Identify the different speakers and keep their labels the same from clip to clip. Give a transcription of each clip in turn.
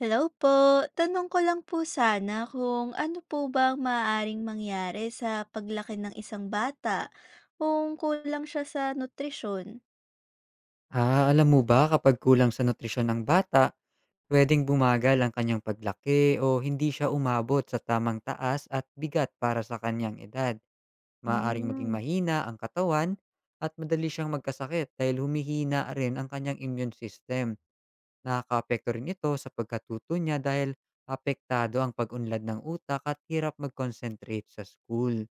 Speaker 1: Hello po. Tanong ko lang po sana kung ano po ba ang maaaring mangyari sa paglaki ng isang bata kung kulang siya sa nutrisyon?
Speaker 2: Ah, alam mo ba kapag kulang sa nutrisyon ng bata, pwedeng bumagal ang kanyang paglaki o hindi siya umabot sa tamang taas at bigat para sa kanyang edad. Maaring maging
Speaker 1: Mm.
Speaker 2: mahina ang katawan at madali siyang magkasakit dahil humihina rin ang kanyang immune system. Nakakaapekto rin ito sa pagkatuto niya dahil apektado ang pag-unlad ng utak at hirap mag-concentrate sa school.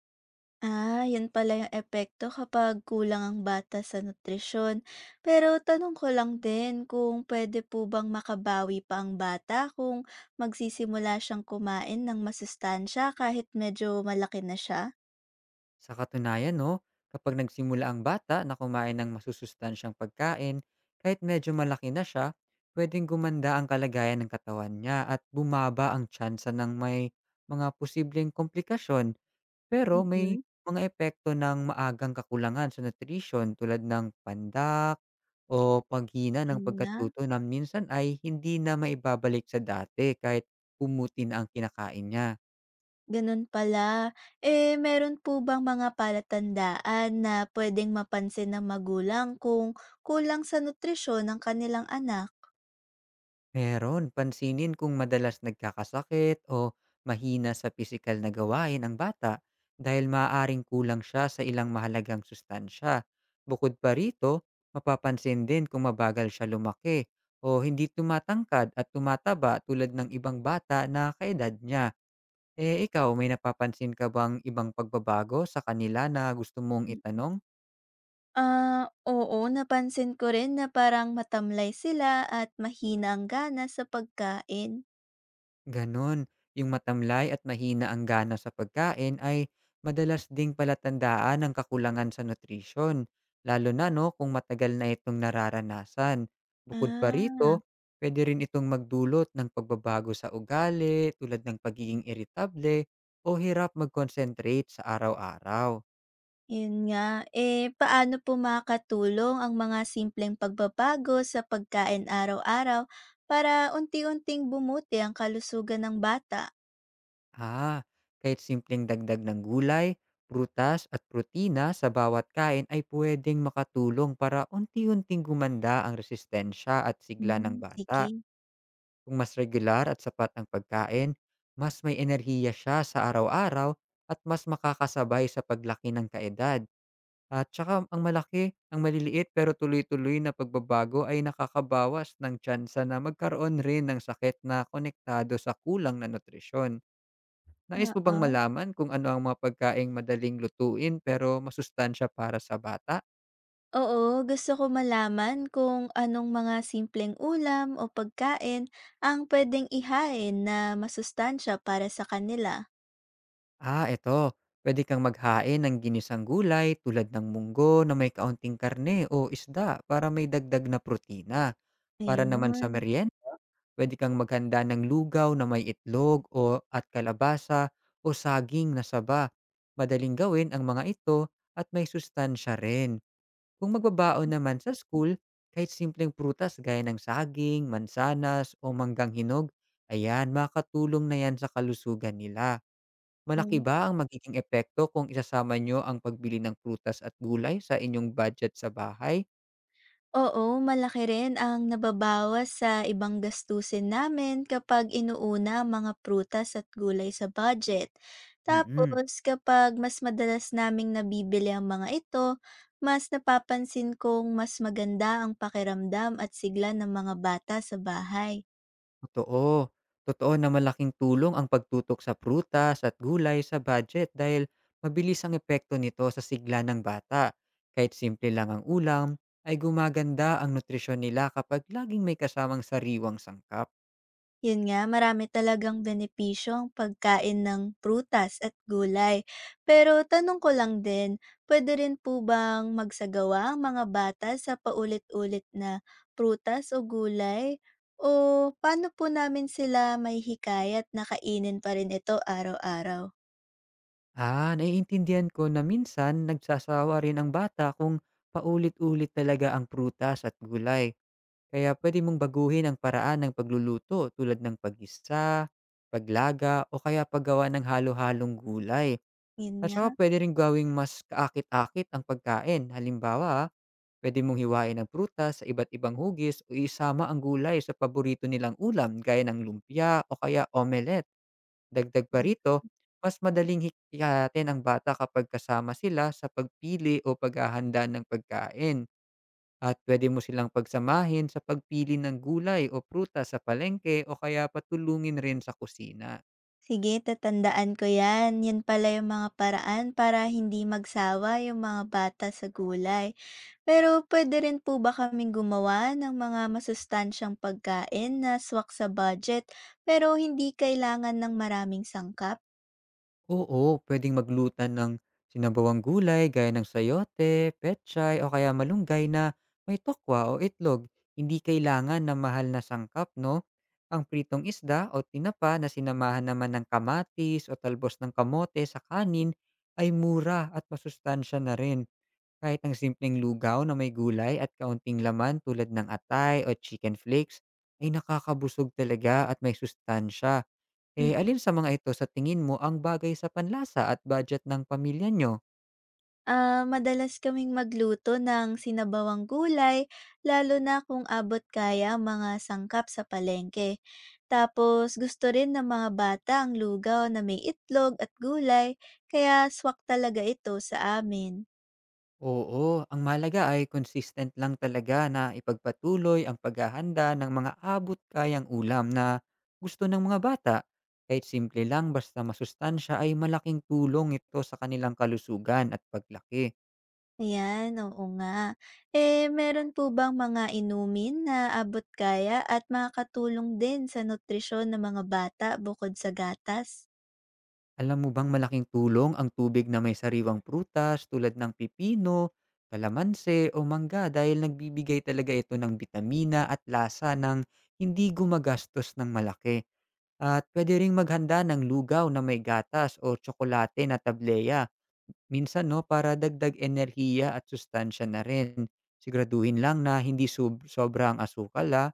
Speaker 1: Ah, yun pala yung epekto kapag kulang ang bata sa nutrisyon. Pero tanong ko lang din kung pwede po bang makabawi pa ang bata kung magsisimula siyang kumain ng masustansya kahit medyo malaki na siya?
Speaker 2: Sa katunayan, no, kapag nagsimula ang bata na kumain ng masusustansyang pagkain, kahit medyo malaki na siya, pwedeng gumanda ang kalagayan ng katawan niya at bumaba ang tsansa ng may mga posibleng komplikasyon. Pero may
Speaker 1: Mm.
Speaker 2: mga epekto ng maagang kakulangan sa nutrition tulad ng pandak o paghina ng
Speaker 1: Yun nga.
Speaker 2: pagkatuto na minsan ay hindi na maibabalik sa dati kahit pumuti na ang kinakain niya.
Speaker 1: Ganun pala. Eh, meron po bang mga palatandaan na puwedeng mapansin ng magulang kung kulang sa nutrisyon ng kanilang anak?
Speaker 2: Meron, pansinin kung madalas nagkakasakit o mahina sa pisikal na gawain ang bata dahil maaaring kulang siya sa ilang mahalagang sustansya. Bukod pa rito, mapapansin din kung mabagal siya lumaki o hindi tumatangkad at tumataba tulad ng ibang bata na kaedad niya. Eh ikaw, may napapansin ka bang ibang pagbabago sa kanila na gusto mong
Speaker 1: Mm.
Speaker 2: itanong?
Speaker 1: Ah, oo, napansin ko rin na parang matamlay sila at mahina ang gana sa pagkain.
Speaker 2: Ganon. Yung matamlay at mahina ang gana sa pagkain ay madalas ding palatandaan ng kakulangan sa nutrisyon, lalo na no kung matagal na itong nararanasan. Bukod pa
Speaker 1: Ah.
Speaker 2: rito, pwede rin itong magdulot ng pagbabago sa ugali tulad ng pagiging irritable o hirap mag-concentrate sa araw-araw.
Speaker 1: Yun nga. Eh, paano po makakatulong ang mga simpleng pagbabago sa pagkain araw-araw para unti-unting bumuti ang kalusugan ng bata?
Speaker 2: Ah, kahit simpleng dagdag ng gulay, prutas at protina sa bawat kain ay pwedeng makatulong para unti-unting gumanda ang resistensya at sigla ng
Speaker 1: Hmm,
Speaker 2: bata.
Speaker 1: sige.
Speaker 2: Kung mas regular at sapat ang pagkain, mas may enerhiya siya sa araw-araw at mas makakasabay sa paglaki ng kaedad. At saka ang malaki, ang maliliit pero tuloy-tuloy na pagbabago ay nakakabawas ng tsansa na magkaroon rin ng sakit na konektado sa kulang na nutrisyon. Nais mo bang
Speaker 1: Oo.
Speaker 2: malaman kung ano ang mga pagkaing madaling lutuin pero masustansya para sa bata?
Speaker 1: Oo, gusto ko malaman kung anong mga simpleng ulam o pagkain ang pwedeng ihain na masustansya para sa kanila.
Speaker 2: Ah, eto. Pwede kang maghain ng ginisang gulay tulad ng munggo na may kaunting karne o isda para may dagdag na protina. Para naman sa
Speaker 1: Ayun.
Speaker 2: merienda, pwede kang maghanda ng lugaw na may itlog o at kalabasa o saging na saba. Madaling gawin ang mga ito at may sustansya rin. Kung magbabaon naman sa school, kahit simpleng prutas gaya ng saging, mansanas o manggang hinog, ayan, makakatulong na yan sa kalusugan nila. Malaki
Speaker 1: Mm.
Speaker 2: ba ang magiging epekto kung isasama nyo ang pagbili ng prutas at gulay sa inyong budget sa bahay?
Speaker 1: Oo, malaki rin ang nababawas sa ibang gastusin namin kapag inuuna ang mga prutas at gulay sa budget.
Speaker 2: Mm.
Speaker 1: Tapos kapag mas madalas naming nabibili ang mga ito, mas napapansin kong mas maganda ang pakiramdam at sigla ng mga bata sa bahay.
Speaker 2: Totoo. Totoo na malaking tulong ang pagtutok sa prutas at gulay sa budget dahil mabilis ang epekto nito sa sigla ng bata. Kahit simple lang ang ulam, ay gumaganda ang nutrisyon nila kapag laging may kasamang sariwang sangkap.
Speaker 1: Yun nga, marami talagang benepisyo ang pagkain ng prutas at gulay. Pero tanong ko lang din, pwede rin po bang magsagawa ang mga bata sa paulit-ulit na prutas o gulay? O paano po namin sila may hikayat na kainin pa rin ito araw-araw?
Speaker 2: Ah, naiintindihan ko na minsan nagsasawa rin ang bata kung paulit-ulit talaga ang prutas at gulay. Kaya pwede mong baguhin ang paraan ng pagluluto tulad ng pag-isa, paglaga o kaya paggawa ng halo-halong gulay.
Speaker 1: Yun
Speaker 2: At
Speaker 1: nga.
Speaker 2: saka puwede rin gawing mas kaakit-akit ang pagkain. Halimbawa, pwede mong hiwain ang prutas sa iba't ibang hugis o isama ang gulay sa paborito nilang ulam gaya ng lumpia o kaya omelette. Dagdag pa
Speaker 1: Mm.
Speaker 2: rito, mas madaling hikyatin ang bata kapag kasama sila sa pagpili o paghahanda ng pagkain. At pwede mo silang pagsamahin sa pagpili ng gulay o prutas sa palengke o kaya patulungin rin sa kusina.
Speaker 1: Sige, tatandaan ko yan. Yan pala yung mga paraan para hindi magsawa yung mga bata sa gulay. Pero puwede rin po ba kaming gumawa ng mga masustansyang pagkain na swak sa budget pero hindi kailangan ng maraming sangkap?
Speaker 2: Oo, puwedeng maglutan ng sinabawang gulay gaya ng sayote, pechay o kaya malunggay na may tokwa o itlog. Hindi kailangan ng mahal na sangkap, no? Ang pritong isda o tinapa na sinamahan naman ng kamatis o talbos ng kamote sa kanin ay mura at masustansya na rin. Kahit ang simpleng lugaw na may gulay at kaunting laman tulad ng atay o chicken flakes ay nakakabusog talaga at may sustansya. Eh,
Speaker 1: Mm.
Speaker 2: alin sa mga ito sa tingin mo ang bagay sa panlasa at budget ng pamilya niyo?
Speaker 1: Ah, madalas kaming magluto ng sinabawang gulay lalo na kung abot kaya ang mga sangkap sa palengke. Tapos gusto rin ng mga bata ang lugaw na may itlog at gulay kaya swak talaga ito sa amin.
Speaker 2: Oo, ang mahalaga ay consistent lang talaga na ipagpatuloy ang paghahanda ng mga abot-kayang ulam na gusto ng mga bata. Kahit simple lang basta masustansya ay malaking tulong ito sa kanilang kalusugan at paglaki.
Speaker 1: Ayan, oo nga. Eh, meron po bang mga inumin na abot-kaya at makakatulong din sa nutrisyon ng mga bata bukod sa gatas?
Speaker 2: Alam mo bang malaking tulong ang tubig na may sariwang prutas tulad ng pipino, kalamanse o mangga dahil nagbibigay talaga ito ng bitamina at lasa ng hindi gumagastos ng malaki. At pwede ring maghanda ng lugaw na may gatas o tsokolate na tableya. Minsan no, para dagdag enerhiya at sustansya na rin. Siguraduhin lang na hindi sobrang asukal, ah.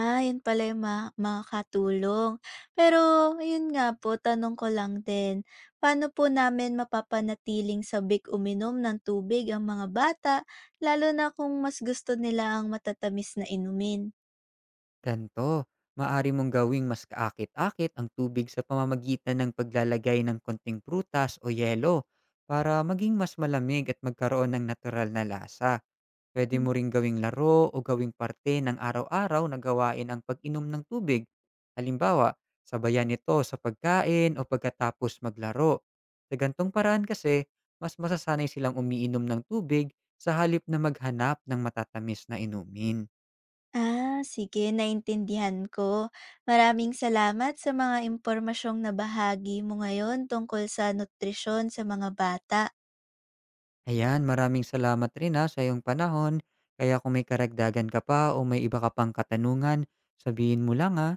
Speaker 1: Ah, yun pala yung makakatulong. Pero, yun nga po, tanong ko lang din, paano po namin mapapanatiling sabik uminom ng tubig ang mga bata, lalo na kung mas gusto nila ang matatamis na inumin?
Speaker 2: Ganito, maaari mong gawing mas kaakit-akit ang tubig sa pamamagitan ng paglalagay ng konting prutas o yelo para maging mas malamig at magkaroon ng natural na lasa. Pwede mo ring gawing laro o gawing parte ng araw-araw na gawain ang pag-inom ng tubig. Halimbawa, sabayan ito sa pagkain o pagkatapos maglaro. Sa gantong paraan kasi, mas masasanay silang umiinom ng tubig sa halip na maghanap ng matatamis na inumin.
Speaker 1: Ah, sige, naintindihan ko. Maraming salamat sa mga impormasyong nabahagi mo ngayon tungkol sa nutrisyon sa mga bata.
Speaker 2: Ayan, maraming salamat rin ha sa iyong panahon. Kaya kung may karagdagan ka pa o may iba ka pang katanungan, sabihin mo lang ha.